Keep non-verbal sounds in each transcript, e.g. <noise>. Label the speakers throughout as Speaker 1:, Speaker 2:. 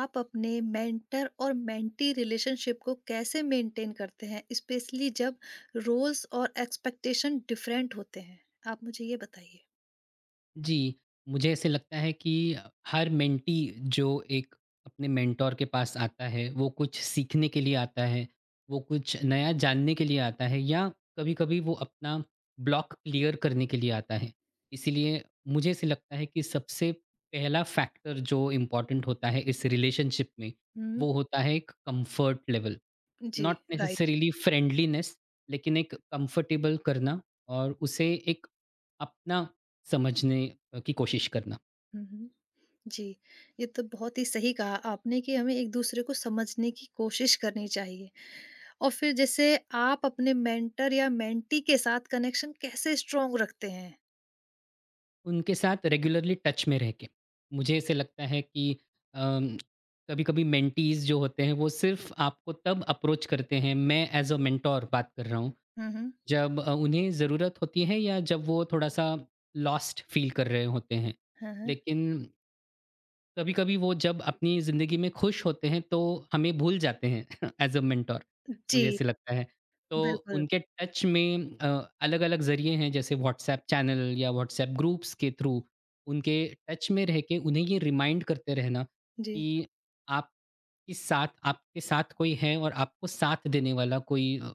Speaker 1: आप अपने मेंटर और मेंटी रिलेशनशिप को कैसे मेंटेन करते हैं, स्पेशली जब रोल्स और एक्सपेक्टेशन डिफरेंट होते हैं? आप मुझे ये बताइए।
Speaker 2: जी। मुझे ऐसे लगता है कि हर मेंटी जो एक अपने मेंटोर के पास आता है, वो कुछ सीखने के लिए आता है, वो कुछ नया जानने के लिए आता है या कभी-कभी वो अपना ब्लॉक क्लियर करने के लिए आता है। इसीलिए मुझे ऐसे लगता है कि सबसे पहला फैक्टर जो इम्पोर्टेंट होता है इस रिलेशनशिप में,
Speaker 1: हम्म।
Speaker 2: वो होता है एक कम्फर्ट लेवल।
Speaker 1: जी।
Speaker 2: Not
Speaker 1: right.
Speaker 2: नेसेसरीली फ्रेंडलीनेस, लेकिन एक कंफर्टेबल करना और उसे एक अपना समझने की कोशिश करना,
Speaker 1: हम्म। जी, ये तो बहुत ही सही कहा आपने कि हमें एक दूसरे को समझने की कोशिश करनी चाहिए। और फिर जैसे आप अपने मेंटर या मेंटी के साथ कनेक्शन कैसे स्ट्रोंग रखते हैं?
Speaker 2: उनके साथ रेगुलरली टच में रह के। मुझे ऐसे लगता है कि अम, कभी-कभी मेंटीज़ जो होते हैं, वो सिर्फ़ आपको तब अप्रोच करते हैं, मैं एज़ अ मेंटर बात कर रहा हूँ,
Speaker 1: हम्म।
Speaker 2: जब उन्हें ज़रूरत होती है या जब वो थोड़ा-सा लॉस्ट फ़ील कर रहे होते हैं।
Speaker 1: हम्म।
Speaker 2: लेकिन कभी-कभी वो जब अपनी ज़िंदगी में खुश होते हैं, तो हमें भूल जाते हैं <laughs> एज़ अ मेंटर, मुझे
Speaker 1: जी।
Speaker 2: ऐसे लगता है। तो
Speaker 1: बिल्कुल।
Speaker 2: उनके टच में अलग-अलग ज़रिए हैं, जैसे व्हाट्सऐप चैनल या व्हाट्सऐप ग्रुप्स के थ्रू उनके टच में रह के उन्हें ये रिमाइंड करते रहना
Speaker 1: जी।
Speaker 2: कि आप के साथ आपके साथ कोई है और आपको साथ देने वाला कोई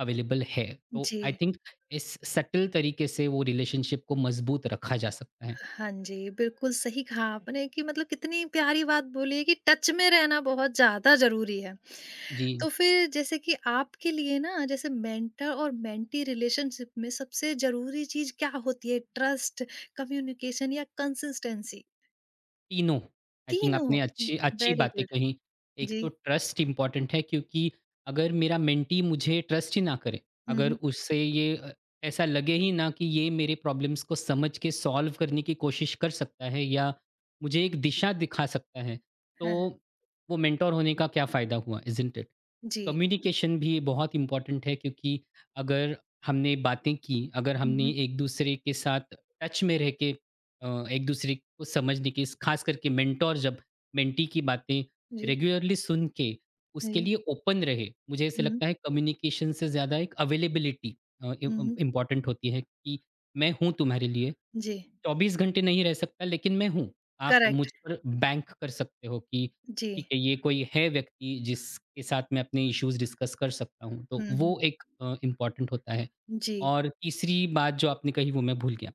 Speaker 2: अवेलेबल है। तो
Speaker 1: जी।
Speaker 2: आई थिंक इस सटल तरीके से वो रिलेशनशिप को मज़बूत रखा जा सकता है।
Speaker 1: हाँ जी, बिल्कुल सही कहा आपने कि मतलब कितनी प्यारी बात बोली है कि टच में रहना बहुत ज़्यादा ज़रूरी है।
Speaker 2: जी।
Speaker 1: तो फिर जैसे कि आपके लिए ना जैसे मेंटर और मेंटी रिलेशनशिप में सबसे ज़रूरी चीज़ क्या होती है? ट्रस्ट, कम्युनिकेशन या कंसिस्टेंसी?
Speaker 2: तीनों, आई थिंक
Speaker 1: तीनों
Speaker 2: आपने
Speaker 1: हुँ,
Speaker 2: अच्छी अच्छी
Speaker 1: वेरी
Speaker 2: बातें
Speaker 1: गुड।
Speaker 2: कहीं। एक
Speaker 1: जी।
Speaker 2: तो ट्रस्ट इम्पोर्टेंट है, क्योंकि अगर मेरा मेंटी मुझे ट्रस्ट ही ना करे,
Speaker 1: हुँ,
Speaker 2: अगर
Speaker 1: हुँ।
Speaker 2: उससे ये ऐसा लगे ही ना कि ये मेरे प्रॉब्लम्स को समझ के सॉल्व करने की कोशिश कर सकता है या मुझे एक दिशा दिखा सकता है,
Speaker 1: हाँ,
Speaker 2: तो वो मेंटर होने का क्या फ़ायदा हुआ, इज़न्ट इट?
Speaker 1: जी।
Speaker 2: कम्युनिकेशन भी बहुत इम्पोर्टेंट है, क्योंकि अगर हमने बातें की, अगर
Speaker 1: हुँ,
Speaker 2: हमने
Speaker 1: हुँ।
Speaker 2: एक-दूसरे के साथ टच में रह के एक दूसरे को समझने की, खास करके मेंटोर जब मेंटी की बातें
Speaker 1: जी,
Speaker 2: रेगुलरली सुन के उसके
Speaker 1: जी।
Speaker 2: लिए ओपन रहे, मुझे ऐसे
Speaker 1: हुँ,
Speaker 2: लगता है कम्युनिकेशन से ज़्यादा एक अवेलेबिलिटी
Speaker 1: हुँ, हुँ।
Speaker 2: इम्पॉर्टेंट होती है कि मैं हूँ तुम्हारे लिए।
Speaker 1: जी,
Speaker 2: 24 घंटे नहीं रह सकता, लेकिन मैं हूँ। आप
Speaker 1: करेक्ट।
Speaker 2: मुझ पर बैंक कर सकते हो कि
Speaker 1: जी।
Speaker 2: ठीक है, ये कोई है व्यक्ति जिसके साथ मैं अपने इश्यूज डिस्कस कर सकता हूँ, तो
Speaker 1: हुँ, हुँ।
Speaker 2: वो एक इम्पॉर्टेंट होता है।
Speaker 1: जी,
Speaker 2: और तीसरी बात जो आपने कही वो मैं भूल गया,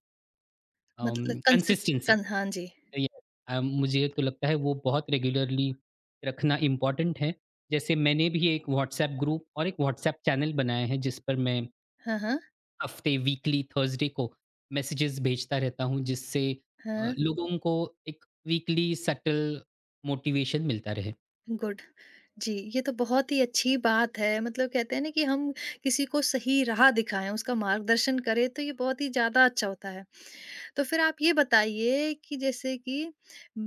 Speaker 1: मतलब कंसिस्ट
Speaker 2: कंसिस्टेंसी।
Speaker 1: कन हाँ जी।
Speaker 2: ये मुझे तो लगता है वो बहुत रेगुलरली रखना इम्पॉर्टेंट है। जैसे मैंने भी एक व्हाट्सएप ग्रुप और एक व्हाट्सएप चैनल बनाया है, जिस पर मैं
Speaker 1: हाँ, हाँ।
Speaker 2: हफ़्ते, वीकली थर्सडे को मैसेजेस भेजता रहता हूँ, जिससे
Speaker 1: हाँ।
Speaker 2: लोगों को एक वीकली सटल मोटिवेशन मिलता रहे।
Speaker 1: गुड। जी, ये तो बहुत ही अच्छी बात है, मतलब कहते हैं ना कि हम किसी को सही राह दिखाएँ, उसका मार्गदर्शन करें तो ये बहुत ही ज़्यादा अच्छा होता है। तो फिर आप ये बताइए कि जैसे कि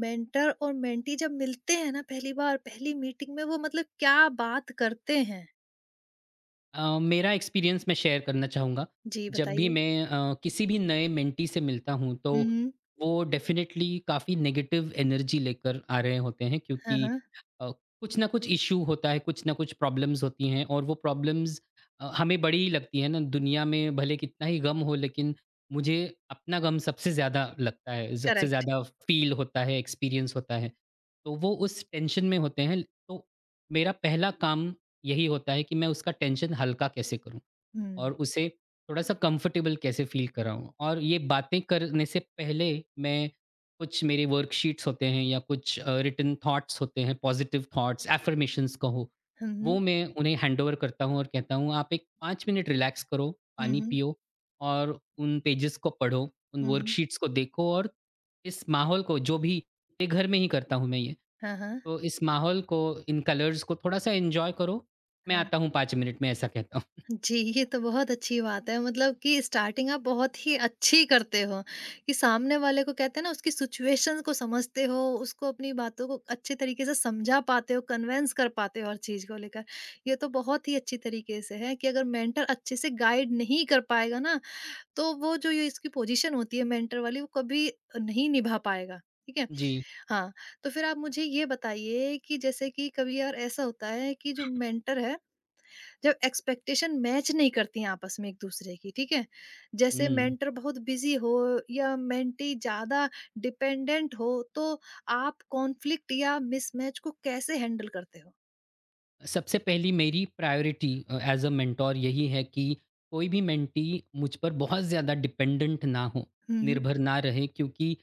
Speaker 1: मेंटर और मेंटी जब मिलते हैं ना पहली बार, पहली मीटिंग में वो मतलब क्या बात करते हैं?
Speaker 2: मेरा एक्सपीरियंस मैं शेयर करना चाहूँगा।
Speaker 1: जी,
Speaker 2: जब भी
Speaker 1: बताइए।
Speaker 2: मैं किसी भी नए मेंटी से मिलता हूँ, तो
Speaker 1: हुँ, हुँ।
Speaker 2: वो डेफ़िनेटली काफ़ी नेगेटिव एनर्जी लेकर आ रहे होते हैं,
Speaker 1: हाँ,
Speaker 2: क्योंकि
Speaker 1: हाँ।
Speaker 2: अ, कुछ ना कुछ इश्यू होता है, कुछ ना कुछ प्रॉब्लम्स होती हैं, और वो प्रॉब्लम्स हमें बड़ी ही लगती है ना, दुनिया में भले कितना ही गम हो, लेकिन मुझे अपना गम सबसे ज़्यादा लगता है, सबसे
Speaker 1: करेक्ट।
Speaker 2: ज़्यादा फ़ील होता है, एक्सपीरियंस होता है। तो वो उस टेंशन में होते हैं। तो मेरा पहला काम यही होता है कि मैं उसका टेंशन हल्का कैसे करूँ? और
Speaker 1: हुँ।
Speaker 2: उसे थोड़ा-सा कंफर्टेबल कैसे फ़ील कराऊँ। और ये बातें करने से पहले मैं, कुछ मेरे वर्कशीट्स होते हैं या कुछ रिटन थॉट्स होते हैं, पॉज़िटिव थॉट्स, एफ़र्मेशंस कहो,
Speaker 1: हुँ, हुँ।
Speaker 2: वो मैं उन्हें हैंडओवर करता हूँ और कहता हूँ, "आप एक 5 मिनट रिलैक्स करो,
Speaker 1: हुँ,
Speaker 2: पानी
Speaker 1: हुँ।
Speaker 2: पियो और उन पेजेज़ को पढ़ो, उन
Speaker 1: हुँ, हुँ।
Speaker 2: वर्कशीट्स को देखो और इस माहौल को"। जो भी ये घर में ही करता हूँ मैं ये।
Speaker 1: हाँ, हाँ।
Speaker 2: तो इस माहौल को, इन कलर्स को थोड़ा-सा एन्जॉय करो, मैं
Speaker 1: हाँ।
Speaker 2: आता हूँ 5 मिनट में, ऐसा कहता हूँ।
Speaker 1: जी, ये तो बहुत अच्छी बात है, मतलब कि स्टार्टिंग आप बहुत ही अच्छी करते हो, कि सामने वाले को कहते हैं ना उसकी सिचुएशन को समझते हो, उसको अपनी बातों को अच्छे तरीके से समझा पाते हो, कन्विंस कर पाते हो हर चीज़ को लेकर। ये तो बहुत ही अच्छी तरीके से है कि अगर मेंटर अच्छे से गाइड नहीं कर पाएगा ना, तो वो जो ये इसकी पोजीशन होती है मेंटर वाली, वो कभी नहीं निभा पाएगा, ठीक है?
Speaker 2: जी।
Speaker 1: हाँ, तो फिर आप मुझे ये बताइए कि जैसे कि कभी यार ऐसा होता है कि जो मेंटर है, जब एक्सपेक्टेशन मैच नहीं करती हैं आपस में एक दूसरे की, ठीक है, जैसे
Speaker 2: हुँ।
Speaker 1: मेंटर बहुत बिजी हो या मेंटी ज्यादा डिपेंडेंट हो, तो आप कॉन्फ्लिक्ट या मिसमैच को कैसे हैंडल करते हो?
Speaker 2: सबसे पहली मेरी प्रायोरिटी एज़ अ मेंटर यही है कि कोई भी मेंटी मुझ पर बहुत ज़्यादा डिपेंडेंट ना हो,
Speaker 1: हम्म।
Speaker 2: निर्भर ना रहे, क्योंकि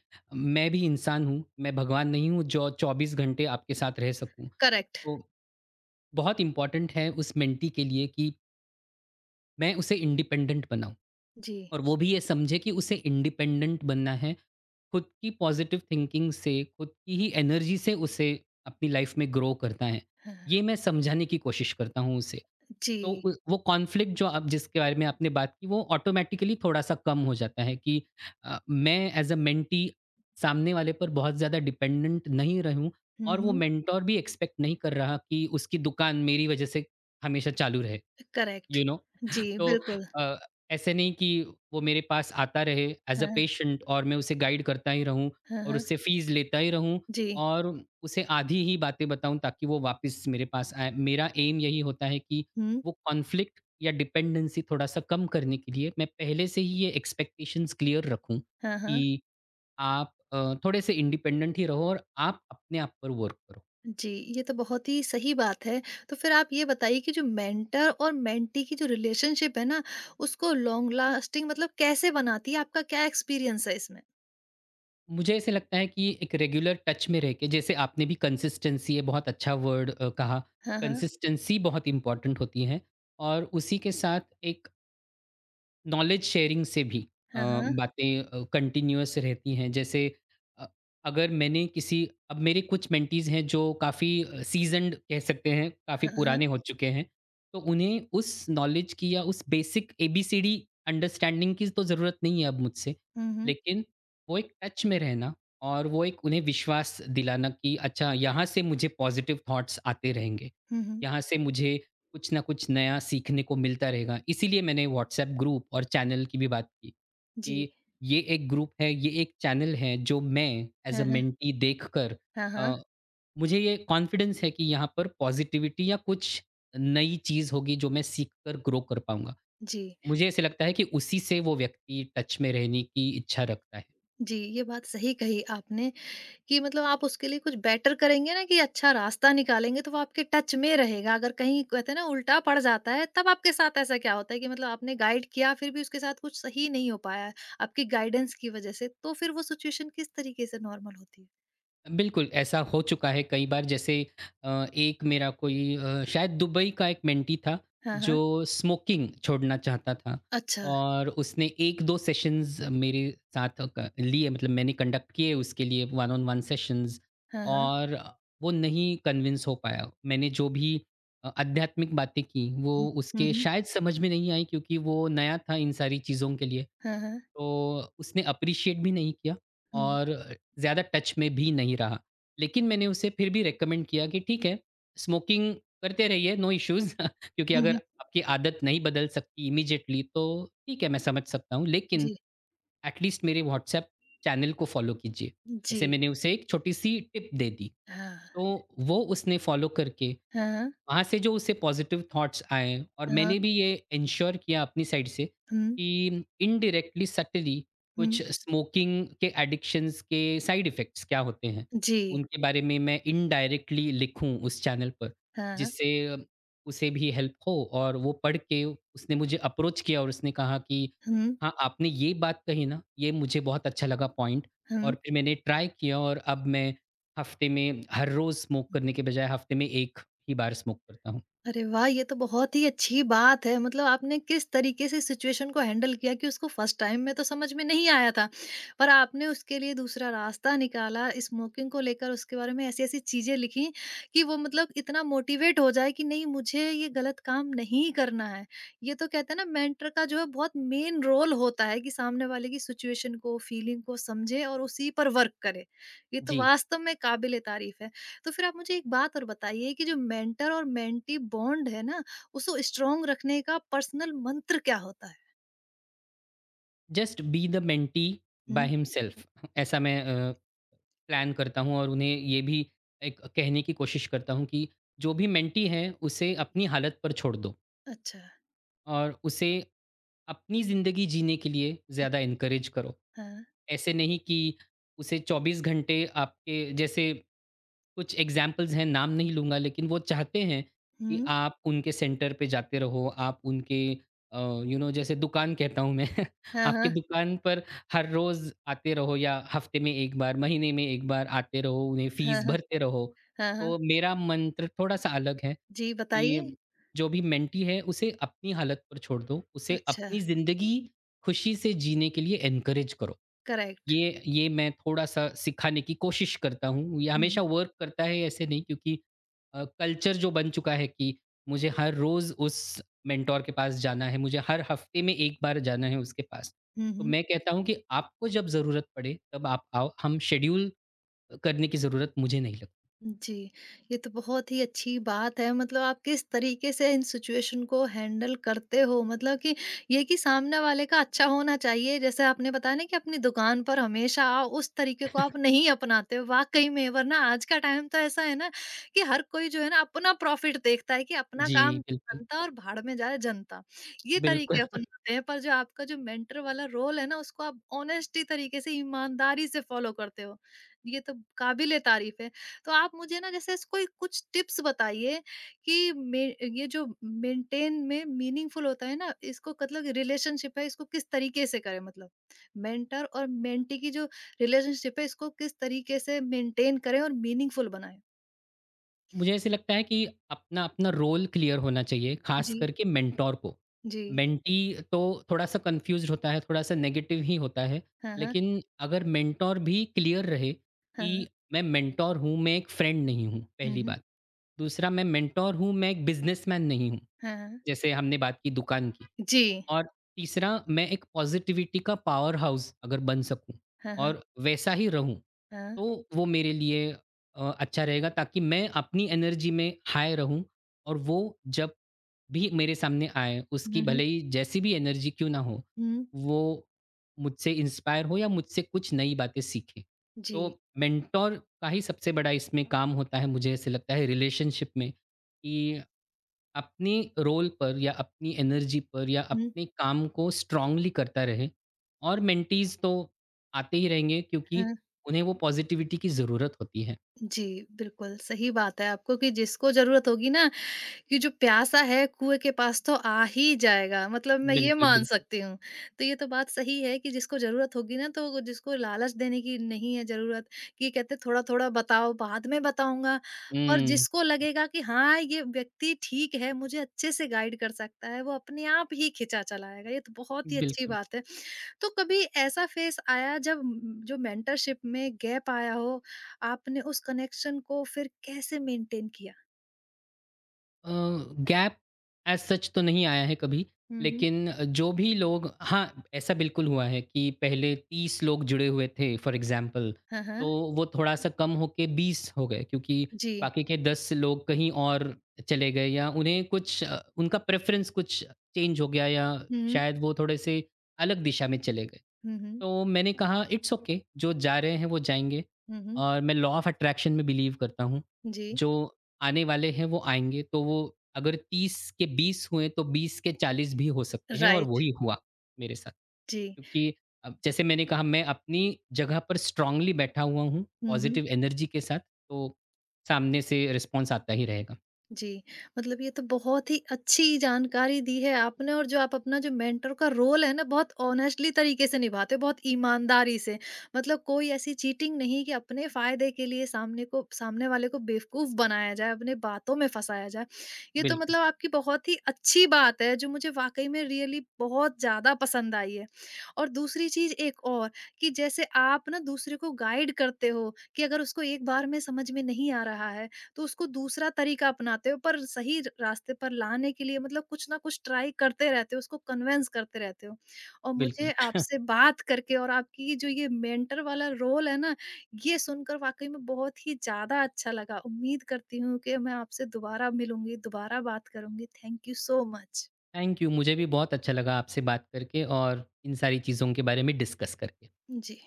Speaker 2: मैं भी इंसान हूँ, मैं भगवान नहीं हूँ जो 24 घंटे आपके साथ रह सकूँ।
Speaker 1: करेक्ट।
Speaker 2: तो बहुत इम्पोर्टेंट है उस मेंटी के लिए कि मैं उसे इंडिपेंडेंट बनाऊँ,
Speaker 1: जी।
Speaker 2: और वो भी ये समझे कि उसे इंडिपेंडेंट बनना है। खुद की पॉज़िटिव थिंकिंग से, खुद की ही एनर्जी से उसे अपनी लाइफ़ में ग्रो करना है।
Speaker 1: हाँ,
Speaker 2: ये
Speaker 1: हाँ।
Speaker 2: मैं समझाने की कोशिश करता हूँ उसे। तो
Speaker 1: जी।
Speaker 2: उ वो कॉन्फ्लिक्ट जो आप, जिसके बारे में आपने बात की, वो ऑटोमैटिकली थोड़ा-सा कम हो जाता है कि मैं एज़ अ मेंटी सामने वाले पर बहुत ज़्यादा डिपेंडेंट नहीं रहूँ, और वो
Speaker 1: हम्म।
Speaker 2: मेंटर भी एक्सपेक्ट नहीं कर रहा कि उसकी दुकान मेरी वज़ह से हमेशा चालू रहे,
Speaker 1: करेक्ट।
Speaker 2: You know?
Speaker 1: जी।
Speaker 2: तो
Speaker 1: बिल्कुल।
Speaker 2: अ, ऐसे नहीं कि वो मेरे पास आता रहे एज़ अ
Speaker 1: हाँ,
Speaker 2: पेशेंट और मैं उसे गाइड करता ही रहूँ
Speaker 1: हाँ।
Speaker 2: और
Speaker 1: हाँ।
Speaker 2: उससे फ़ीस लेता ही रहूँ
Speaker 1: जी।
Speaker 2: और उसे आधी ही बातें बताऊँ ताकि वो वापस मेरे पास आए। मेरा एम यही होता है कि
Speaker 1: हम्म।
Speaker 2: वो कॉन्फ्लिक्ट या डिपेंडेंसी थोड़ा-सा कम करने के लिए मैं पहले से ही ये एक्सपेक्टेशंस क्लियर रखूँ
Speaker 1: हाँ,
Speaker 2: कि
Speaker 1: हाँ।
Speaker 2: आप थोड़े-से इंडिपेंडेंट ही रहो और आप अपने आप पर वर्क करो।
Speaker 1: जी, ये तो बहुत ही सही बात है। तो फिर आप ये बताइए कि जो मेंटर और मेंटी की जो रिलेशनशिप है ना, उसको लॉन्ग लास्टिंग मतलब कैसे बनाती है? आपका क्या एक्सपीरियंस है इसमें?
Speaker 2: मुझे ऐसे लगता है कि एक रेगुलर टच में रह के, जैसे आपने भी कंसिस्टेंसी, ये बहुत अच्छा वर्ड कहा,
Speaker 1: हाँ, हाँ।
Speaker 2: कंसिस्टेंसी बहुत इंपॉर्टेंट होती है, और उसी के साथ एक नॉलेज शेयरिंग से भी अ,
Speaker 1: हाँ, हाँ।
Speaker 2: बातें कंटिन्यूअस रहती हैं। जैसे अ, अगर मैंने किसी अब मेरे कुछ मेंटीज़ हैं जो काफ़ी सीज़न्ड कह सकते हैं, काफ़ी
Speaker 1: हाँ, हाँ।
Speaker 2: पुराने हो चुके हैं, तो उन्हें उस नॉलेज की या उस बेसिक एबीसीडी अंडरस्टैंडिंग की तो ज़रूरत नहीं है अब मुझसे।
Speaker 1: हुँ, हुँ।
Speaker 2: लेकिन वो एक टच में रहना, और वो एक उन्हें विश्वास दिलाना कि अच्छा, यहाँ से मुझे पॉज़िटिव थॉट्स आते रहेंगे।
Speaker 1: हुँ, हुँ।
Speaker 2: यहाँ से मुझे कुछ ना कुछ नया सीखने को मिलता रहेगा। इसीलिए मैंने व्हाट्सएप ग्रुप और चैनल की भी बात की,
Speaker 1: जी।
Speaker 2: कि ये एक ग्रुप है, ये एक चैनल है, जो मैं एज़
Speaker 1: हाँ,
Speaker 2: अ
Speaker 1: हाँ।
Speaker 2: मेंटी देखकर
Speaker 1: हाँ, हाँ।
Speaker 2: अ, मुझे ये कॉन्फिडेंस है कि यहाँ पर पॉज़िटिविटी या कुछ नई चीज़ होगी, जो मैं सीख कर ग्रो कर पाऊँगा।
Speaker 1: जी।
Speaker 2: मुझे ऐसे लगता है कि उसी से वो व्यक्ति टच में रहने की इच्छा रखता है।
Speaker 1: जी, ये बात सही कही आपने कि मतलब आप उसके लिए कुछ बेटर करेंगे ना कि अच्छा रास्ता निकालेंगे तो वो आपके टच में रहेगा। अगर कहीं कहते हैं ना उल्टा पड़ जाता है, तब आपके साथ ऐसा क्या होता है कि मतलब आपने गाइड किया फिर भी उसके साथ कुछ सही नहीं हो पाया है, आपकी गाइडेंस की वज़ह से, तो फिर वो सिचुएशन किस तरीके से नॉर्मल होती है?
Speaker 2: बिल्कुल, ऐसा हो चुका है कई बार। जैसे एक मेरा कोई शायद दुबई का एक मेंटी था,
Speaker 1: हाँ,
Speaker 2: जो
Speaker 1: हाँ।
Speaker 2: स्मोकिंग छोड़ना चाहता था,
Speaker 1: अच्छा।
Speaker 2: और उसने 1-2 सेशंस मेरे साथ क लिए, मतलब मैंने कंडक्ट किए उसके लिए वन ऑन वन सेशंस,
Speaker 1: हाँ, हाँ।
Speaker 2: और वो नहीं कन्विंस हो पाया। मैंने जो भी आध्यात्मिक बातें की, वो
Speaker 1: हुँ, हुँ,
Speaker 2: उसके
Speaker 1: हुँ।
Speaker 2: शायद समझ में नहीं आई, क्योंकि वो नया था इन सारी चीज़ों के लिए।
Speaker 1: हाँ, हाँ।
Speaker 2: तो उसने एप्रिशिएट भी नहीं किया
Speaker 1: हुँ,
Speaker 2: और ज़्यादा टच में भी नहीं रहा। लेकिन मैंने उसे फिर भी रिकमेंड किया कि ठीक है, स्मोकिंग करते रहिए, नो इश्यूज़ <laughs> क्योंकि
Speaker 1: हुँ,
Speaker 2: अगर
Speaker 1: हुँ।
Speaker 2: आपकी आदत नहीं बदल सकती इमीडिएटली तो ठीक है, मैं समझ सकता हूँ। लेकिन
Speaker 1: जी,
Speaker 2: एट लीस्ट मेरे व्हाट्सएप चैनल को फ़ॉलो कीजिए।
Speaker 1: जी।
Speaker 2: ऐसे मैंने उसे एक छोटी-सी टिप दे दी।
Speaker 1: हाँ,
Speaker 2: तो वो, उसने फ़ॉलो करके
Speaker 1: हाँ, हाँ।
Speaker 2: वहाँ से जो उसे पॉज़िटिव थॉट्स आएँ, और
Speaker 1: हाँ,
Speaker 2: मैंने भी ये एन्श्योर किया अपनी साइड से
Speaker 1: हुँ,
Speaker 2: कि इनडायरेक्टली, सटली
Speaker 1: हुँ।
Speaker 2: कुछ स्मोकिंग के एडिक्शंस के साइड इफ़ेक्ट्स क्या होते हैं,
Speaker 1: जी।
Speaker 2: उनके बारे में मैं इनडायरेक्टली लिखूँ उस चैनल पर,
Speaker 1: हाँ,
Speaker 2: जिससे उसे भी हेल्प हो। और वो पढ़ के उसने मुझे अप्रोच किया और उसने कहा कि,
Speaker 1: हुँ,
Speaker 2: "हाँ, आपने ये बात कही ना, ये मुझे बहुत अच्छा लगा पॉइंट"। और
Speaker 1: हुँ।
Speaker 2: फिर मैंने ट्राई किया और अब मैं हफ़्ते में हर रोज़ स्मोक करने के बजाय हफ़्ते में 1 ही बार स्मोक करता हूँ।
Speaker 1: अरे वाह! ये तो बहुत ही अच्छी बात है। मतलब आपने किस तरीके से सिचुएशन को हैंडल किया कि उसको फर्स्ट टाइम में तो समझ में नहीं आया था, पर आपने उसके लिए दूसरा रास्ता निकाला, स्मोकिंग को लेकर उसके बारे में ऐसी-ऐसी चीज़ें लिखी कि वो मतलब इतना मोटिवेट हो जाए कि नहीं, मुझे ये गलत काम नहीं करना है। ये तो कहते हैं ना मेंटर का जो है बहुत मेन रोल होता है कि सामने वाले की सिचुएशन को, फीलिंग को समझे और उसी पर वर्क करे। ये तो
Speaker 2: जी।
Speaker 1: वास्तव में काबिल-ए-तारीफ़ है। तो फिर आप मुझे एक बात और बताइए कि जो मेंटर और मेंटी बॉन्ड है ना, उसको स्ट्रॉन्ग रखने का पर्सनल मंत्र क्या होता है?
Speaker 2: Just be the mentee by
Speaker 1: हुँ,
Speaker 2: हिमसेल्फ, ऐसा मैं प्लान करता हूँ, और उन्हें ये भी एक कहने की कोशिश करता हूँ कि जो भी मेंटी है, उसे अपनी हालत पर छोड़ दो,
Speaker 1: अच्छा,
Speaker 2: और उसे अपनी ज़िंदगी जीने के लिए ज़्यादा एनकरेज करो।
Speaker 1: हाँ,
Speaker 2: ऐसे नहीं कि उसे 24 घंटे आपके जैसे, कुछ एग्ज़ाम्पल्स हैं, नाम नहीं लूँगा, लेकिन वो चाहते हैं कि
Speaker 1: हुँ,
Speaker 2: आप उनके सेंटर पे जाते रहो, आप उनके यू नो, जैसे दुकान कहता हूँ मैं <laughs>
Speaker 1: हाँ,
Speaker 2: आपकी
Speaker 1: हाँ,
Speaker 2: दुकान पर हर रोज़ आते रहो, या हफ़्ते में 1 बार, महीने में 1 बार आते रहो, उन्हें
Speaker 1: हाँ,
Speaker 2: फ़ीस
Speaker 1: हाँ,
Speaker 2: भरते रहो।
Speaker 1: हाँ, हाँ।
Speaker 2: तो मेरा मंत्र थोड़ा-सा अलग है,
Speaker 1: जी, बताइए?
Speaker 2: कि जो भी मेंटी है उसे अपनी हालत पर छोड़ दो, उसे
Speaker 1: अच्छा,
Speaker 2: अपनी ज़िंदगी खुशी से जीने के लिए एनकरेज करो।
Speaker 1: करेक्ट।
Speaker 2: ये मैं थोड़ा-सा सिखाने की कोशिश करता हूँ, ये
Speaker 1: हुँ,
Speaker 2: हमेशा
Speaker 1: हुँ,
Speaker 2: वर्क करता है ऐसे नहीं, क्योंकि कल्चर जो बन चुका है कि मुझे हर रोज़ उस मेंटर के पास जाना है, मुझे हर हफ़्ते में 1 बार जाना है उसके पास।
Speaker 1: हुँ,
Speaker 2: तो
Speaker 1: हुँ।
Speaker 2: मैं कहता हूँ कि आपको जब ज़रूरत पड़े तब आप आओ, हम शेड्यूल करने की ज़रूरत मुझे नहीं लगती।
Speaker 1: जी, ये तो बहुत ही अच्छी बात है, मतलब आप किस तरीके से इन सिचुएशन को हैंडल करते हो, मतलब कि ये कि सामने वाले का अच्छा होना चाहिए, जैसे आपने बताया ना कि अपनी दुकान पर हमेशा आओ, उस तरीके को आप नहीं अपनाते हो वाकई में, वरना आज का टाइम तो ऐसा है ना कि हर कोई जो है ना अपना प्रॉफिट देखता है कि अपना
Speaker 2: जी,
Speaker 1: काम
Speaker 2: बिल्कुल।
Speaker 1: बनता और भाड़ में जाए जनता, ये
Speaker 2: बिल्कुल।
Speaker 1: तरीके अपनाते हैं, पर जो आपका जो मेंटर वाला रोल है ना उसको आप ऑनेस्टी तरीके से, ईमानदारी से फॉलो करते हो, ये तो काबिले तारीफ है। तो आप मुझे ना जैसे इस कोई कुछ टिप्स बताइए कि मे ये जो मेंटेन में मीनिंगफुल होता है ना इसको, मतलब रिलेशनशिप है इसको किस तरीके से करें, मतलब मेंटर और मेंटी की जो रिलेशनशिप है, इसको किस तरीके से मेंटेन करें और मीनिंगफुल बनाएं?
Speaker 2: मुझे ऐसे लगता है कि अपना अपना रोल क्लियर होना चाहिए, ख़ास
Speaker 1: जी,
Speaker 2: करके मेंटोर को।
Speaker 1: जी।
Speaker 2: मेंटी तो थोड़ा-सा कन्फ्यूज़्ड होता है, थोड़ा-सा नेगेटिव ही होता है,
Speaker 1: हाँ, हाँ,
Speaker 2: लेकिन अगर मेंटोर भी क्लियर रहे
Speaker 1: हाँ,
Speaker 2: कि
Speaker 1: हाँ।
Speaker 2: मैं मेंटोर हूँ, मैं एक फ्रेंड नहीं हूँ,
Speaker 1: हुँ,
Speaker 2: पहली
Speaker 1: हुँ।
Speaker 2: बात। दूसरा, मैं मेंटोर हूँ, मैं एक बिज़नेसमैन नहीं हूँ।
Speaker 1: हाँ, हाँ।
Speaker 2: जैसे हमने बात की दुकान की।
Speaker 1: जी।
Speaker 2: और तीसरा, मैं एक पॉज़िटिविटी का पावर हाउस अगर बन सकूँ
Speaker 1: हाँ, हाँ,
Speaker 2: और वैसा ही रहूँ,
Speaker 1: हाँ।
Speaker 2: तो वो मेरे लिए अच्छा रहेगा, ताकि मैं अपनी एनर्जी में हाई रहूँ, और वो जब भी मेरे सामने आए, उसकी
Speaker 1: हुँ, हुँ,
Speaker 2: भले ही जैसी भी एनर्जी क्यों ना हो,
Speaker 1: हुँ।
Speaker 2: वो मुझसे इंस्पायर हो या मुझसे कुछ नई बातें सीखे।
Speaker 1: जी।
Speaker 2: तो मेंटर का ही सबसे बड़ा इसमें काम होता है, मुझे ऐसे लगता है रिलेशनशिप में, कि अपने रोल पर या अपनी एनर्जी पर या
Speaker 1: हुँ,
Speaker 2: अपने काम को स्ट्रांगली करता रहे, और मेंटीज तो आते ही रहेंगे क्योंकि
Speaker 1: हाँ।
Speaker 2: उन्हें वो पॉजिटिविटी की ज़रूरत होती है।
Speaker 1: जी, बिल्कुल सही बात है आपको कि जिसको ज़रूरत होगी ना कि जो प्यासा है कुएँ के पास तो आ ही जाएगा, मतलब मैं ये
Speaker 2: बिल्कुल,
Speaker 1: मान
Speaker 2: बिल्कुल।
Speaker 1: सकती हूँ। तो ये तो बात सही है कि जिसको ज़रूरत होगी ना तो वो, जिसको लालच देने की नहीं है ज़रूरत कि कहते थोड़ा-थोड़ा बताओ, बाद में बताऊँगा। और
Speaker 2: हुँ,
Speaker 1: जिसको लगेगा कि हाँ, ये व्यक्ति ठीक है, मुझे अच्छे से गाइड कर सकता है, वो अपने आप ही खिंचा चला आएगा, ये तो बहुत ही अच्छी
Speaker 2: बिल्कुल।
Speaker 1: बात है। तो कभी ऐसा फ़ेज़ आया जब जो मेंटरशिप में गैप आया हो, आपने उस कनेक्शन को फिर कैसे मेंटेन किया?
Speaker 2: अ, गैप एज़ सच तो नहीं आया है कभी,
Speaker 1: हुँ, हुँ।
Speaker 2: लेकिन जो भी लोग, हाँ, ऐसा बिल्कुल हुआ है कि पहले 30 लोग जुड़े हुए थे फॉर एग्ज़ाम्पल,
Speaker 1: हाँ,
Speaker 2: तो
Speaker 1: हाँ।
Speaker 2: वो थोड़ा-सा कम होके 20 हो गए, क्योंकि
Speaker 1: जी।
Speaker 2: बाकी के 10 लोग कहीं और चले गए, या उन्हें कुछ उनका प्रेफ़रेंस कुछ चेंज हो गया, या
Speaker 1: हुँ, हुँ।
Speaker 2: शायद वो थोड़े-से अलग दिशा में चले गए।
Speaker 1: हुँ, हुँ।
Speaker 2: तो मैंने कहा इट्स ओके, जो जा रहे हैं वो जाएँगे,
Speaker 1: हुँ, हुँ।
Speaker 2: और मैं लॉ ऑफ़ अट्रैक्शन में बिलीव करता हूँ,
Speaker 1: जी,
Speaker 2: जो आने वाले हैं वो आएँगे, तो वो अगर 30 के 20 हुए तो 20 के 40 भी हो सकते हैं, और
Speaker 1: राइट,
Speaker 2: वही हुआ मेरे साथ।
Speaker 1: जी।
Speaker 2: क्योंकि अब जैसे मैंने कहा, मैं अपनी जगह पर स्ट्रांगली बैठा हुआ हूँ,
Speaker 1: हुँ, हुँ।
Speaker 2: पॉज़िटिव एनर्जी के साथ, तो सामने से रिस्पॉन्स आता ही रहेगा।
Speaker 1: जी, मतलब ये तो बहुत ही अच्छी जानकारी दी है आपने, और जो आप अपना जो मेंटर का रोल है ना, बहुत ऑनेस्टली तरीके से निभाते हो, बहुत ईमानदारी से। मतलब कोई ऐसी चीटिंग नहीं कि अपने फ़ायदे के लिए सामने को सामने वाले को बेवकूफ़ बनाया जाए, अपने बातों में फँसाया जाए। ये तो
Speaker 2: बिल्कुल,
Speaker 1: मतलब आपकी बहुत ही अच्छी बात है, जो मुझे वाक़ई में रियली बहुत ज़्यादा पसंद आई है। और दूसरी चीज़ एक और, कि जैसे आप ना दूसरे को गाइड करते हो कि अगर उसको एक बार में समझ में नहीं आ रहा है तो उसको दूसरा तरीका अपनाते हो, पर सही रास्ते पर लाने के लिए मतलब कुछ ना कुछ ट्राई करते रहते हो, उसको कन्वेंस करते रहते हो। और
Speaker 2: बिल्कुल।
Speaker 1: मुझे
Speaker 2: <laughs>
Speaker 1: आपसे बात करके और आपकी ये जो ये मेंटर वाला रोल है ना, ये सुनकर वाकई में बहुत ही ज़्यादा अच्छा लगा। उम्मीद करती हूँ कि मैं आपसे दोबारा मिलूंगी, दोबारा बात करूंगी। Thank you so much.
Speaker 2: Thank you, मुझे भी बहुत अच्छा लगा आपसे बात करके, और इन सारी चीज़ों के बारे में डिस्कस करके।
Speaker 1: जी।